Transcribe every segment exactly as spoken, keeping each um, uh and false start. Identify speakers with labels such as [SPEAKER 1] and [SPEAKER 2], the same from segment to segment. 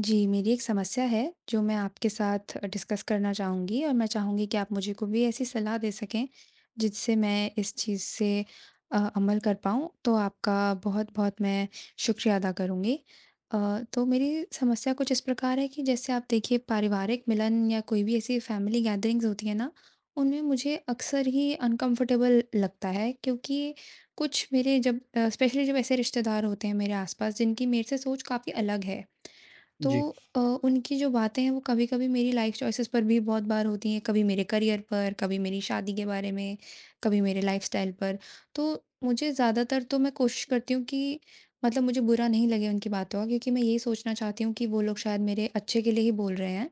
[SPEAKER 1] जी, मेरी एक समस्या है, जो मैं आपके साथ डिस्कस करना चाहूँगी और मैं चाहूँगी कि आप मुझे कोई भी ऐसी सलाह दे सकें, जिससे मैं इस चीज़ से अ, अमल कर पाऊँ। तो आपका बहुत-बहुत मैं शुक्रिया अदा करूँगी। अ, तो मेरी समस्या कुछ इस प्रकार है कि जैसे आप देखिए, पारिवारिक मिलन या कोई भी ऐसी फैमिली गैदरिंग्स होती है ना, उनमें मुझे अक्सर ही अनकम्फ़र्टेबल लगता है, क्योंकि कुछ मेरे जब अ, स्पेशली जब ऐसे रिश्तेदार होते हैं मेरे आस-पास, जिनकी मेरे से सोच काफ़ी अलग है। तो
[SPEAKER 2] जी,
[SPEAKER 1] अ, उनकी जो बातें हैं वो कभी-कभी मेरी लाइफ चॉइसेस पर भी बहुत बार होती हैं, कभी मेरे करियर पर, कभी मेरी शादी के बारे में, कभी मेरे लाइफ़स्टाइल पर। तो मुझे ज़्यादातर तो मैं कोशिश करती हूँ कि मतलब मुझे बुरा नहीं लगे उनकी बातों का, क्योंकि मैं यही सोचना चाहती हूँ कि वो लोग शायद मेरे अच्छे के लिए ही बोल रहे हैं।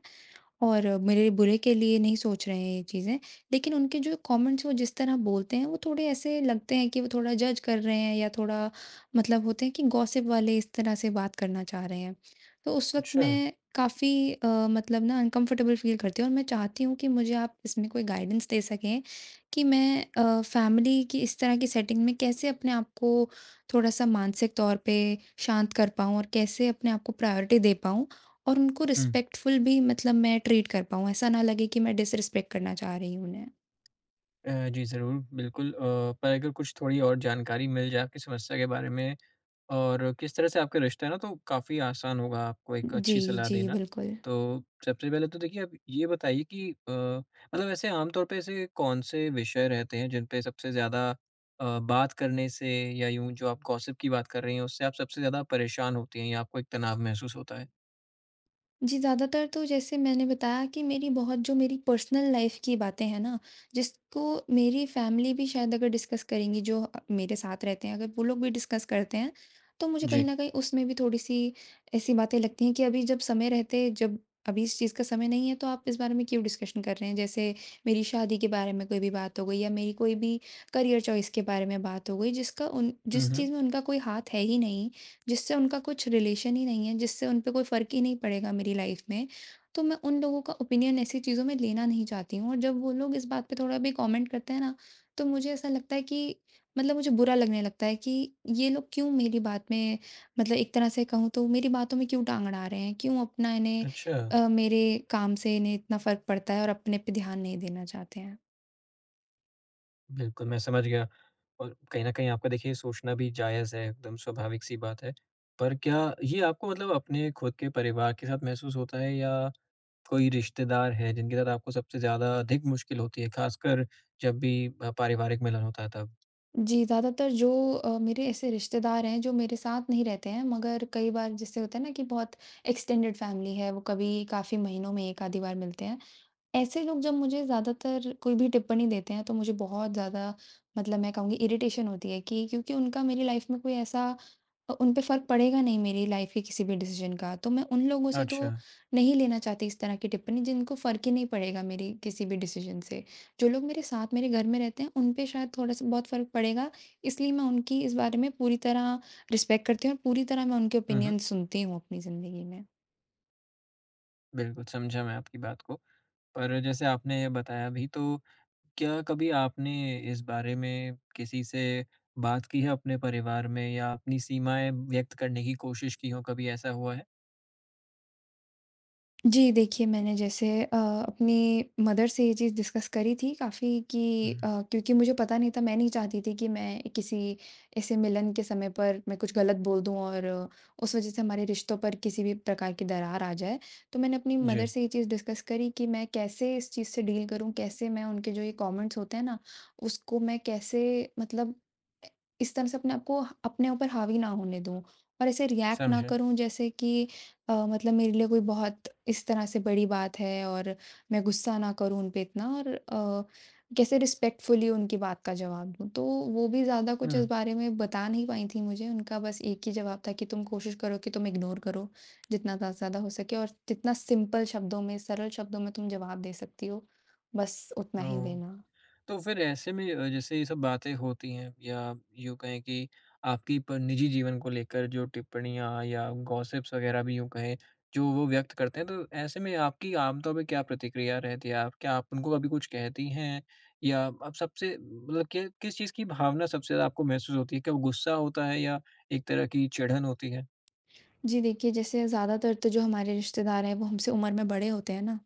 [SPEAKER 1] और मेरे बुरे के लिए नहीं सोच रहे हैं ये चीज़ें, लेकिन उनके जो कमेंट्स वो जिस तरह बोलते हैं, वो थोड़े ऐसे लगते हैं कि वो थोड़ा जज कर रहे हैं या थोड़ा मतलब होते हैं कि गॉसिप वाले इस तरह से बात करना चाह रहे हैं। तो उस वक़्त
[SPEAKER 2] अच्छा।
[SPEAKER 1] मैं काफ़ी अ, मतलब ना अनकम्फ़र्टेबल फ़ील करती हूँ और मैं चाहती हूँ कि मुझे आप इसमें कोई गाइडेंस दे सकें कि मैं अ, फ़ैमिली की इस तरह की सेटिंग में कैसे अपने आप को थोड़ा-सा मानसिक तौर पे शांत कर पाऊँ, और कैसे अपने आप को प्रायोरिटी दे पाऊँ और उनको
[SPEAKER 2] हुँ।
[SPEAKER 1] रिस्पेक्टफुल भी मतलब मैं ट्रीट कर पाऊँ, ऐसा ना लगे कि मैं डिसरिस्पेक्ट करना चाह रही हूँ उन्हें।
[SPEAKER 2] अ, जी, ज़रूर, बिल्कुल, अ, पर अगर कुछ थोड़ी और जानकारी मिल जाए आपकी समस्या के बारे में और किस तरह से आपका रिश्ता है ना, तो काफ़ी आसान होगा आपको एक अच्छी
[SPEAKER 1] जी,
[SPEAKER 2] सलाह
[SPEAKER 1] जी,
[SPEAKER 2] देना।
[SPEAKER 1] बिल्कुल।
[SPEAKER 2] तो सबसे पहले तो देखिए, आप ये बताइए कि अ, मतलब ऐसे आम तौर पे ऐसे कौन-से विषय रहते हैं, जिन पे सबसे ज़्यादा अ, बात करने से या यूँ जो आप गॉसिप की बात कर रही हैं, उससे आप सबसे ज़्यादा परेशान होती हैं या आपको एक तनाव महसूस होता है?
[SPEAKER 1] जी, ज़्यादातर तो जैसे मैंने बताया कि मेरी बहुत जो मेरी पर्सनल लाइफ़ की बातें हैं ना, जिसको मेरी फ़ैमिली भी शायद अगर डिस्कस करेंगी, जो अ, मेरे साथ रहते हैं, अगर वो लोग भी डिस्कस करते हैं, तो मुझे कहीं
[SPEAKER 2] जी।
[SPEAKER 1] न कहीं उसमें भी थोड़ी-सी ऐसी बातें लगती हैं कि अभी जब समय रहते जब अभी इस चीज़ का समय नहीं है, तो आप इस बारे में क्यों डिस्कशन कर रहे हैं? जैसे मेरी शादी के बारे में कोई भी बात हो गई या मेरी कोई भी करियर चॉइस के बारे में बात हो गई, जिसका उन
[SPEAKER 2] हुँ,
[SPEAKER 1] जिस
[SPEAKER 2] हुँ।
[SPEAKER 1] चीज़ में उनका कोई हाथ है ही नहीं। जिससे उनका कुछ रिलेशन ही नहीं है, जिससे उन पे कोई फ़र्क ही नहीं पड़ेगा मेरी लाइफ़ में। तो मैं उन लोगों का ओपिनियन ऐसी चीज़ों में लेना नहीं चाहती हूँ, और जब वो लोग इस बात पे थोड़ा भी कमेंट करते हैं ना, तो मुझे ऐसा लगता है कि मतलब मुझे बुरा लगने लगता है कि ये लोग क्यों मेरी बात में मतलब एक तरह से कहूँ तो मेरी बातों में क्यों टाँग अड़ा रहे हैं? क्यों अपना इन्हें
[SPEAKER 2] अच्छा।
[SPEAKER 1] अ, मेरे काम से इन्हें इतना फ़र्क पड़ता है और अपने पे ध्यान नहीं देना चाहते हैं?
[SPEAKER 2] बिल्कुल, मैं समझ गया और कहीं न कहीं आपका देखिए सोचना भी जायज़ है, एकदम स्वाभाविक-सी बात है। पर क्या ये आपको मतलब अपने खुद के परिवार के साथ महसूस होता है या कोई रिश्तेदार है जिनके साथ आपको सबसे ज़्यादा अधिक मुश्किल होती है, ख़ासकर जब भी अ, पारिवारिक मिलन होता है तब?
[SPEAKER 1] जी, ज़्यादातर जो अ, मेरे ऐसे रिश्तेदार हैं जो मेरे साथ नहीं रहते हैं, मगर कई बार जैसे होता है ना कि बहुत एक्सटेंडेड फैमिली है, वो कभी काफ़ी महीनों में एक आधी बार मिलते हैं। ऐसे लोग जब मुझे ज़्यादातर कोई भी टिप्पणी देते हैं तो मुझे बहुत ज़्यादा मतलब मैं कहूँगी इरिटेशन होती है कि क्योंकि उनका मेरी लाइफ़ में कोई ऐसा अ, उन पे फ़र्क पड़ेगा नहीं मेरी लाइफ़ के किसी भी डिसीजन का। तो मैं उन लोगों से तो
[SPEAKER 2] अच्छा।
[SPEAKER 1] नहीं लेना चाहती इस तरह की टिप्पणी, जिनको फ़र्क ही नहीं पड़ेगा मेरी किसी भी डिसीजन से। जो लोग मेरे साथ मेरे घर में रहते हैं उन पे शायद थोड़ा-सा बहुत फ़र्क पड़ेगा, इसलिए मैं उनकी इस बारे में पूरी तरह रिस्पेक्ट करती हूँ और पूरी तरह मैं उनके
[SPEAKER 2] हुँ, हुँ।
[SPEAKER 1] ओपिनियन सुनती हूँ अपनी ज़िंदगी में।
[SPEAKER 2] बिल्कुल, समझा मैं आपकी बात को। पर जैसे आपने ये बताया अभी तो क्या कभी आपने इस बारे में किसी से बात की है अपने परिवार में या अपनी सीमाएँ व्यक्त करने की कोशिश की हो, कभी ऐसा हुआ है?
[SPEAKER 1] जी, देखिए मैंने जैसे अ, अपनी मदर से ये चीज़ डिस्कस करी थी काफ़ी कि अ,
[SPEAKER 2] हुँ।
[SPEAKER 1] क्योंकि मुझे पता नहीं था, मैं नहीं चाहती थी कि मैं किसी ऐसे मिलन के समय पर मैं कुछ गलत बोल दूँ और अ, उस वज़ह से हमारे रिश्तों पर किसी भी प्रकार की दरार आ जाए। तो मैंने अपनी मदर
[SPEAKER 2] जी,
[SPEAKER 1] से ये चीज़ डिस्कस करी कि मैं कैसे इस चीज़ से डील करूँ, कैसे मैं उनके जो ये कमेंट्स होते हैं ना, उसको मैं कैसे मतलब अ, इस तरह से अपने आप को अपने ऊपर हावी ना होने दूँ, और ऐसे रिएक्ट ना
[SPEAKER 2] समझा।
[SPEAKER 1] करूँ जैसे कि अ, मतलब मेरे लिए कोई बहुत इस तरह से बड़ी बात है, और मैं गुस्सा ना करूँ उन पे इतना और अ, कैसे रिस्पेक्टफुली उनकी बात का जवाब दूँ। तो वो भी ज़्यादा कुछ
[SPEAKER 2] हुँ,
[SPEAKER 1] इस बारे में बता नहीं पाई थी मुझे, उनका बस एक ही जवाब था कि तुम कोशिश करो कि तुम इग्नोर करो, जितना ज़्या ज़्यादा हो सके और जितना सिंपल शब्दों में, सरल शब्दों में तुम जवाब दे सकती हो, बस उतना ही
[SPEAKER 2] ओह!
[SPEAKER 1] देना।
[SPEAKER 2] तो फिर ऐसे में अ, जैसे ये सब बातें होती हैं या यूँ कहें कि आपकी प निजी जीवन को लेकर जो टिप्पणियाँ या गॉसिप्स वग़ैरह भी यूँ कहें, जो वो व्यक्त करते हैं, तो ऐसे में आपकी आम तौर पे क्या प्रतिक्रिया रहती है? आप क्या आप उनको कभी कुछ कहती हैं या आप सबसे, मतलब, कि किस चीज़ की भावना सबसे ज़्यादा आपको महसूस होती है? क्या वो गुस्सा होता है या एक तरह की चिढ़न होती है?
[SPEAKER 1] जी देखिए, जैसे ज़्यादातर तो जो हमारे रिश्तेदार हैं वो हमसे उम्र में बड़े होते हैं ना,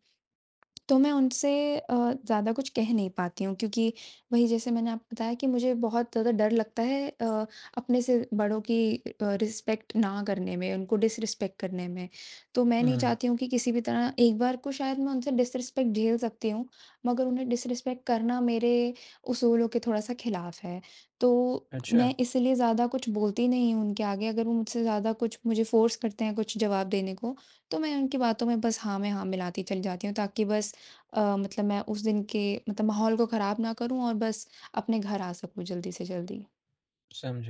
[SPEAKER 1] तो मैं उनसे अ, ज़्यादा कुछ कह नहीं पाती हूँ, क्योंकि वही जैसे मैंने आपको बताया कि मुझे बहुत ज़्यादा डर लगता है अ, अपने से बड़ों की रिस्पेक्ट ना करने में, उनको डिसरिस्पेक्ट करने में। तो मैं नहीं
[SPEAKER 2] हुँ,
[SPEAKER 1] चाहती हूँ कि किसी भी तरह एक बार को शायद मैं उनसे डिसरिस्पेक्ट झेल सकती हूँ, मगर उन्हें डिसरिस्पेक्ट करना मेरे उसूलों के थोड़ा सा खिलाफ है। तो
[SPEAKER 2] अच्छा,
[SPEAKER 1] मैं इसलिए ज़्यादा कुछ बोलती नहीं हूँ उनके आगे। अगर वो मुझसे ज़्यादा कुछ मुझे फोर्स करते हैं कुछ जवाब देने को, तो मैं उनकी बातों में बस हाँ में हाँ मिलाती चली जाती हूँ, ताकि बस अ, मतलब मैं उस दिन के मतलब माहौल को ख़राब ना करूँ और बस अपने घर आ सकूँ जल्दी से जल्दी।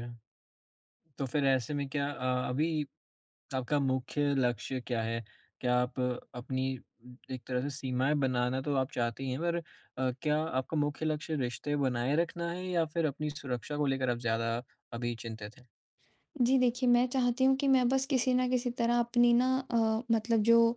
[SPEAKER 2] समझा। तो फिर ऐसे में क्या अ, अभी आपका मुख्य लक्ष्य क्या है? क्या आप अपनी एक तरह से सीमाएँ बनाना तो आप चाहते ही हैं, पर अ, क्या आपका मुख्य लक्ष्य रिश्ते बनाए रखना है, या फिर अपनी सुरक्षा को लेकर आप ज़्यादा अभी चिंतित हैं?
[SPEAKER 1] जी देखिए, मैं चाहती हूँ कि मैं बस किसी न किसी तरह अपनी ना अ, मतलब जो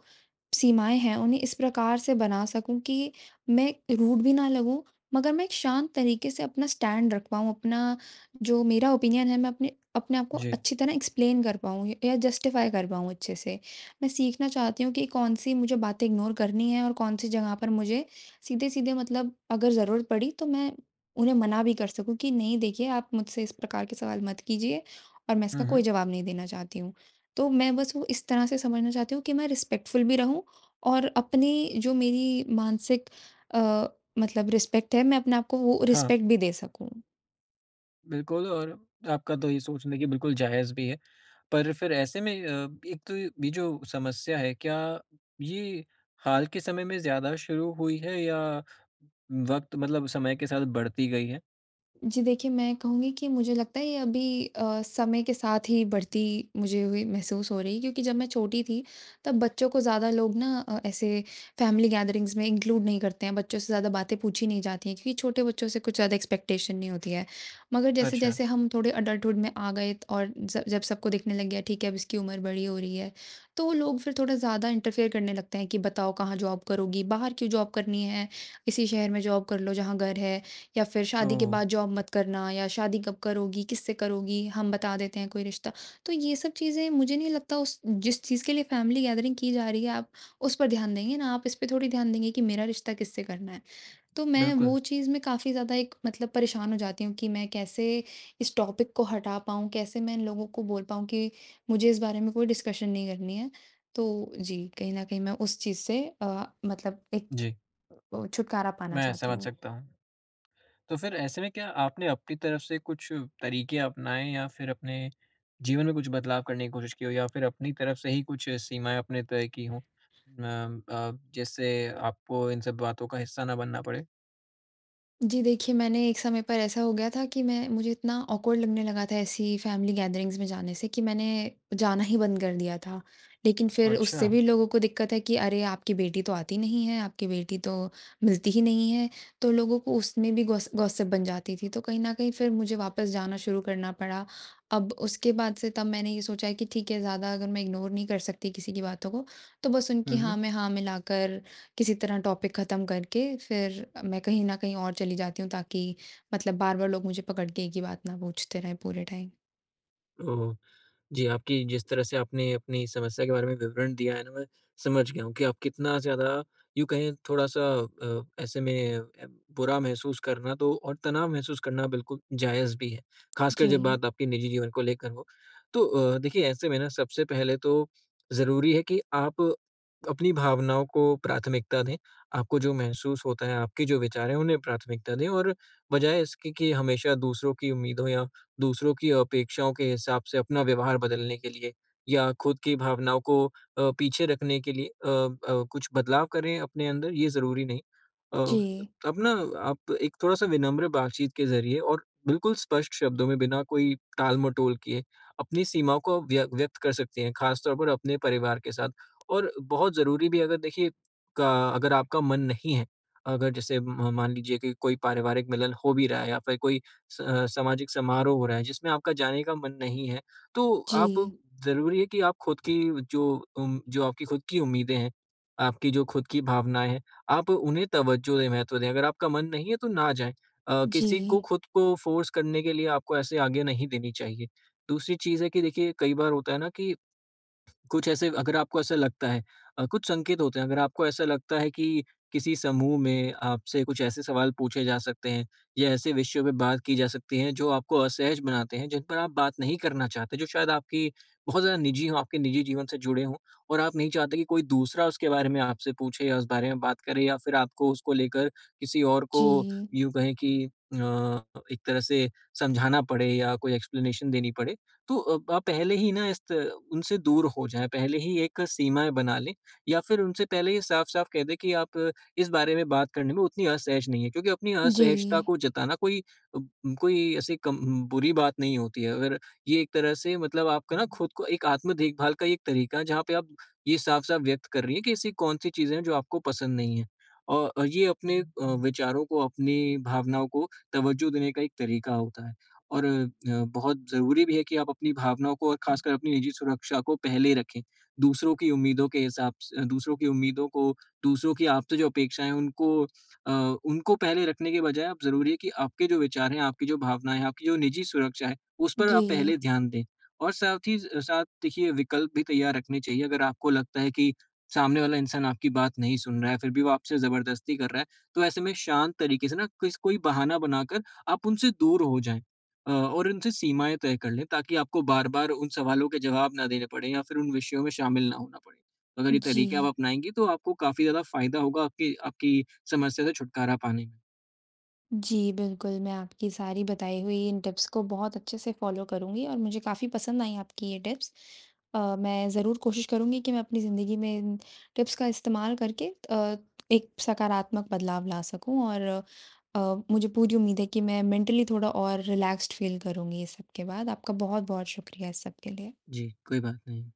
[SPEAKER 1] सीमाएँ हैं उन्हें इस प्रकार से बना सकूँ कि मैं रूड भी ना लगूँ, मगर मैं एक शांत तरीके से अपना स्टैंड रख पाऊँ, अपना जो मेरा ओपिनियन है मैं अपने अपने आप को
[SPEAKER 2] जी।
[SPEAKER 1] अच्छी तरह एक्सप्लेन कर पाऊँ य या जस्टिफ़ाई कर पाऊँ अच्छे से। मैं सीखना चाहती हूँ कि कौन-सी मुझे बातें इग्नोर करनी है और कौन-सी जगह पर मुझे सीधे-सीधे मतलब अगर ज़रूरत पड़ी तो मैं उन्हें मना भी कर सकूँ कि नहीं, देखिए आप मुझसे इस प्रकार के सवाल मत कीजिए। और मैं इसका
[SPEAKER 2] हुँ,
[SPEAKER 1] कोई
[SPEAKER 2] हुँ।
[SPEAKER 1] जवाब नहीं देना चाहती हूँ। तो मैं बस वो इस तरह से समझना चाहती हूँ कि मैं रिस्पेक्टफुल भी रहूँ और अपनी जो मेरी मानसिक अ, मतलब रिस्पेक्ट है मैं अपने आप को वो
[SPEAKER 2] हाँ,
[SPEAKER 1] रिस्पेक्ट भी दे सकूँ।
[SPEAKER 2] बिल्कुल, और आपका तो ये सोचना कि बिल्कुल जायज़ भी है। पर फिर ऐसे में अ, एक तो ये जो समस्या है, क्या ये हाल के समय में ज़्यादा शुरू हुई है या वक़्त, मतलब समय के साथ बढ़ती गई है?
[SPEAKER 1] जी देखिए, मैं कहूँगी कि मुझे लगता है ये अभी अ, समय के साथ ही बढ़ती मुझे हुई महसूस हो रही है, क्योंकि जब मैं छोटी थी तब बच्चों को ज़्यादा लोग ना अ, ऐसे फैमिली गैदरिंग्स में इंक्लूड नहीं करते हैं, बच्चों से ज़्यादा बातें पूछी नहीं जाती हैं, क्योंकि छोटे बच्चों से कुछ ज़्यादा एक्सपेक्टेशन नहीं होती है। मगर
[SPEAKER 2] अच्छा।
[SPEAKER 1] जैसे-जैसे हम थोड़े अडल्टहुड में आ गए त- और ज जब सबको दिखने लग गया ठीक है अब इसकी उम्र बड़ी हो रही है, तो लोग फिर थोड़ा ज़्यादा इंटरफेयर करने लगते हैं कि बताओ कहाँ जॉब करोगी? बाहर क्यों जॉब करनी है? इसी शहर में जॉब कर लो जहाँ घर है। या फिर शादी के
[SPEAKER 2] ओह!
[SPEAKER 1] बाद जॉब मत करना, या शादी कब करोगी, किससे करोगी, हम बता देते हैं कोई रिश्ता। तो ये सब चीज़ें मुझे नहीं लगता उस जिस चीज़ के लिए फैमिली गैदरिंग की जा रही है आप उस पर ध्यान देंगे ना, आप इस पे थोड़ी ध्यान देंगे कि मेरा रिश्ता किससे करना है। तो मैं
[SPEAKER 2] बिल्कुल।
[SPEAKER 1] वो चीज़ में काफ़ी ज़्यादा एक मतलब परेशान हो जाती हूँ कि मैं कैसे इस टॉपिक को हटा पाऊँ, कैसे मैं इन लोगों को बोल पाऊँ कि मुझे इस बारे में कोई डिस्कशन नहीं करनी है। तो जी, कहीं न कहीं मैं उस चीज़ से अ, मतलब एक
[SPEAKER 2] जी,
[SPEAKER 1] अ, छुटकारा पाना
[SPEAKER 2] मैं
[SPEAKER 1] चाहती
[SPEAKER 2] समझ
[SPEAKER 1] हूँ।
[SPEAKER 2] सकता हूँ। तो फिर ऐसे में क्या आपने अपनी तरफ से कुछ तरीके अपनाए, या फिर अपने जीवन में कुछ बदलाव करने की कोशिश की हो, या फिर अपनी तरफ से ही कुछ सीमाएँ आपने तय की हों, अम, अ, जिससे आपको इन सब बातों का हिस्सा ना बनना पड़े?
[SPEAKER 1] जी देखिए, मैंने एक समय पर ऐसा हो गया था कि मैं मुझे इतना ऑकवर्ड लगने लगा था ऐसी फैमिली गैदरिंग्स में जाने से कि मैंने जाना ही बंद कर दिया था। लेकिन फिर उससे
[SPEAKER 2] अच्छा।
[SPEAKER 1] भी लोगों को दिक्कत है कि अरे! आपकी बेटी तो आती नहीं है, आपकी बेटी तो मिलती ही नहीं है। तो लोगों को उसमें भी गॉस गॉसिप बन जाती थी। तो कहीं न कहीं फिर मुझे वापस जाना शुरू करना पड़ा। अब उसके बाद से तब मैंने ये सोचा है कि ठीक है ज़्यादा अगर मैं इग्नोर नहीं कर सकती किसी की बातों को, तो बस उनकी हाँ
[SPEAKER 2] हुँ,
[SPEAKER 1] में हाँ मिलाकर किसी तरह टॉपिक ख़त्म करके फिर मैं कहीं न कहीं और चली जाती हूँ, ताकि मतलब बार-बार लोग मुझे पकड़ के एक ही बात ना पूछते रहें पूरे टाइम।
[SPEAKER 2] हुँ। जी, आपकी जिस तरह से आपने अपनी समस्या के बारे में विवरण दिया है ना, मैं समझ गया हूँ कि आप कितना ज़्यादा, यूँ कहें थोड़ा-सा, अ, ऐसे में अ, बुरा महसूस करना तो, और तनाव महसूस करना बिल्कुल जायज़ भी है, ख़ासकर जब
[SPEAKER 1] जी,
[SPEAKER 2] बात आपके निजी जीवन को लेकर हो। तो अ, देखिए, ऐसे में ना सबसे पहले तो ज़रूरी है कि आप अपनी भावनाओं को प्राथमिकता दें, आपको जो महसूस होता है, आपके जो विचार हैं, उन्हें प्राथमिकता दें, और बजाय इसके कि हमेशा दूसरों की उम्मीदों या दूसरों की अपेक्षाओं के हिसाब से अपना व्यवहार बदलने के लिए या खुद की भावनाओं को अ, पीछे रखने के लिए अ अ, कुछ बदलाव करें अपने अंदर, ये ज़रूरी नहीं। अ,
[SPEAKER 1] जी,
[SPEAKER 2] अपना, आप एक थोड़ा-सा विनम्र बातचीत के ज़रिए और बिल्कुल स्पष्ट शब्दों में, बिना कोई टाल-मटोल किए, अपनी सीमाओं को व्य व्यक्त कर सकते हैं, ख़ास तौर पर अपने परिवार के साथ। और बहुत ज़रूरी भी, अगर देखिए का अगर आपका मन नहीं है, अगर जैसे म मान लीजिए कि कोई पारिवारिक मिलन हो भी रहा है या फिर कोई स अ, सामाजिक समारोह हो रहा है जिसमें आपका जाने का मन नहीं है, तो आप,
[SPEAKER 1] जी,
[SPEAKER 2] ज़रूरी है कि आप खुद की जो, उम, जो आपकी खुद की उम्मीदें हैं, आपकी जो खुद की भावनाएँ हैं, आप उन्हें तवज्जो दें, महत्व दें। अगर आपका मन नहीं है तो ना जाएँ। अ,
[SPEAKER 1] जी,
[SPEAKER 2] किसी को खुद को फ़ोर्स करने के लिए आपको ऐसे आगे नहीं देनी चाहिए। दूसरी चीज़ है कि देखिए, कई बार होता है ना कि कुछ ऐसे, अगर आपको ऐसा लगता है, अ, कुछ संकेत होते हैं, अगर आपको ऐसा लगता है कि किसी समूह में आपसे कुछ ऐसे सवाल पूछे जा सकते हैं या ऐसे विषयों पे बात की जा सकती है जो आपको असहज बनाते हैं, जिन पर आप बात नहीं करना चाहते, जो शायद आपकी बहुत ज़्यादा निजी हो, आपके निजी जीवन से जुड़े हों, और आप नहीं चाहते कि कोई दूसरा उसके बारे में आपसे पूछे, या उस बारे में बात करे, या फिर आपको उसको लेकर किसी और को,
[SPEAKER 1] जी,
[SPEAKER 2] यूँ कहें कि अ, एक तरह से, समझाना पड़े या कोई एक्सप्लेनेशन देनी पड़े, तो अ, आप पहले ही ना इस त उनसे दूर हो जाएँ, पहले ही एक सीमाएँ बना लें, या फिर उनसे पहले ही साफ-साफ कह दें कि आप अ, इस बारे में बात करने में उतनी असहज नहीं हैं, क्योंकि अपनी
[SPEAKER 1] जी,
[SPEAKER 2] असहजता को जताना कोई, अ, कोई ऐसी कम बुरी बात नहीं होती है। अगर ये एक तरह से, मतलब, आपका ना खुद को, एक आत्म-देखभाल का एक तरीका है जहाँ पे आप ये साफ-साफ व्यक्त कर रही हैं कि ऐसी कौन-सी चीज़ें हैं जो आपको पसंद नहीं हैं। और और ये अपने अ, विचारों को, अपनी भावनाओं को तवज्जो देने का एक तरीका होता है। और अ, बहुत ज़रूरी भी है कि आप अपनी भावनाओं को और ख़ासकर अपनी निजी सुरक्षा को पहले रखें। दूसरों की उम्मीदों के हिसाब स दूसरों की उम्मीदों को, दूसरों की आपसे जो अपेक्षाएँ हैं उनको, अ, उनको पहले रखने के बजाय, आप, ज़रूरी है कि आपके जो विचार हैं, आपकी जो भावनाएँ हैं, आपकी जो निजी सुरक्षा है, उस पर आप
[SPEAKER 1] जी,
[SPEAKER 2] पहले ध्यान दें। और साथ ही साथ देखिए, विकल्प भी तैयार रखने चाहिए। अगर आपको लगता है कि सामने वाला इंसान आपकी बात नहीं सुन रहा है, फिर भी वो आपसे ज़बरदस्ती कर रहा है, तो ऐसे में शांत तरीके से ना, किस कोई बहाना बनाकर आप उनसे दूर हो जाएँ। अ, और उनसे सीमाएँ तय कर लें, ताकि आपको बार-बार उन सवालों के जवाब ना देने पड़े या फिर उन विषयों में शामिल ना होना पड़े। तो अगर ये तरीके आप
[SPEAKER 1] जी।
[SPEAKER 2] अपनाएँगी तो आपको काफ़ी ज़्यादा फ़ायदा होगा आपकी आपकी समस्या से छुटकारा पाने में।
[SPEAKER 1] जी, बिल्कुल, मैं आपकी सारी बताई हुई इन टिप्स को बहुत अच्छे से फ़ॉलो करूँगी और मुझे काफ़ी पसंद आई आपकी ये टिप्स। अ, मैं ज़रूर कोशिश करूँगी कि मैं अपनी ज़िंदगी में इन टिप्स का इस्तेमाल करके अ, एक सकारात्मक बदलाव ला सकूँ, और अ, मुझे पूरी उम्मीद है कि मैं मेंटली थोड़ा और रिलैक्स्ड फ़ील करूँगी इस सब के बाद। आपका बहुत-बहुत शुक्रिया इस सब के लिए।
[SPEAKER 2] जी, कोई बात नहीं।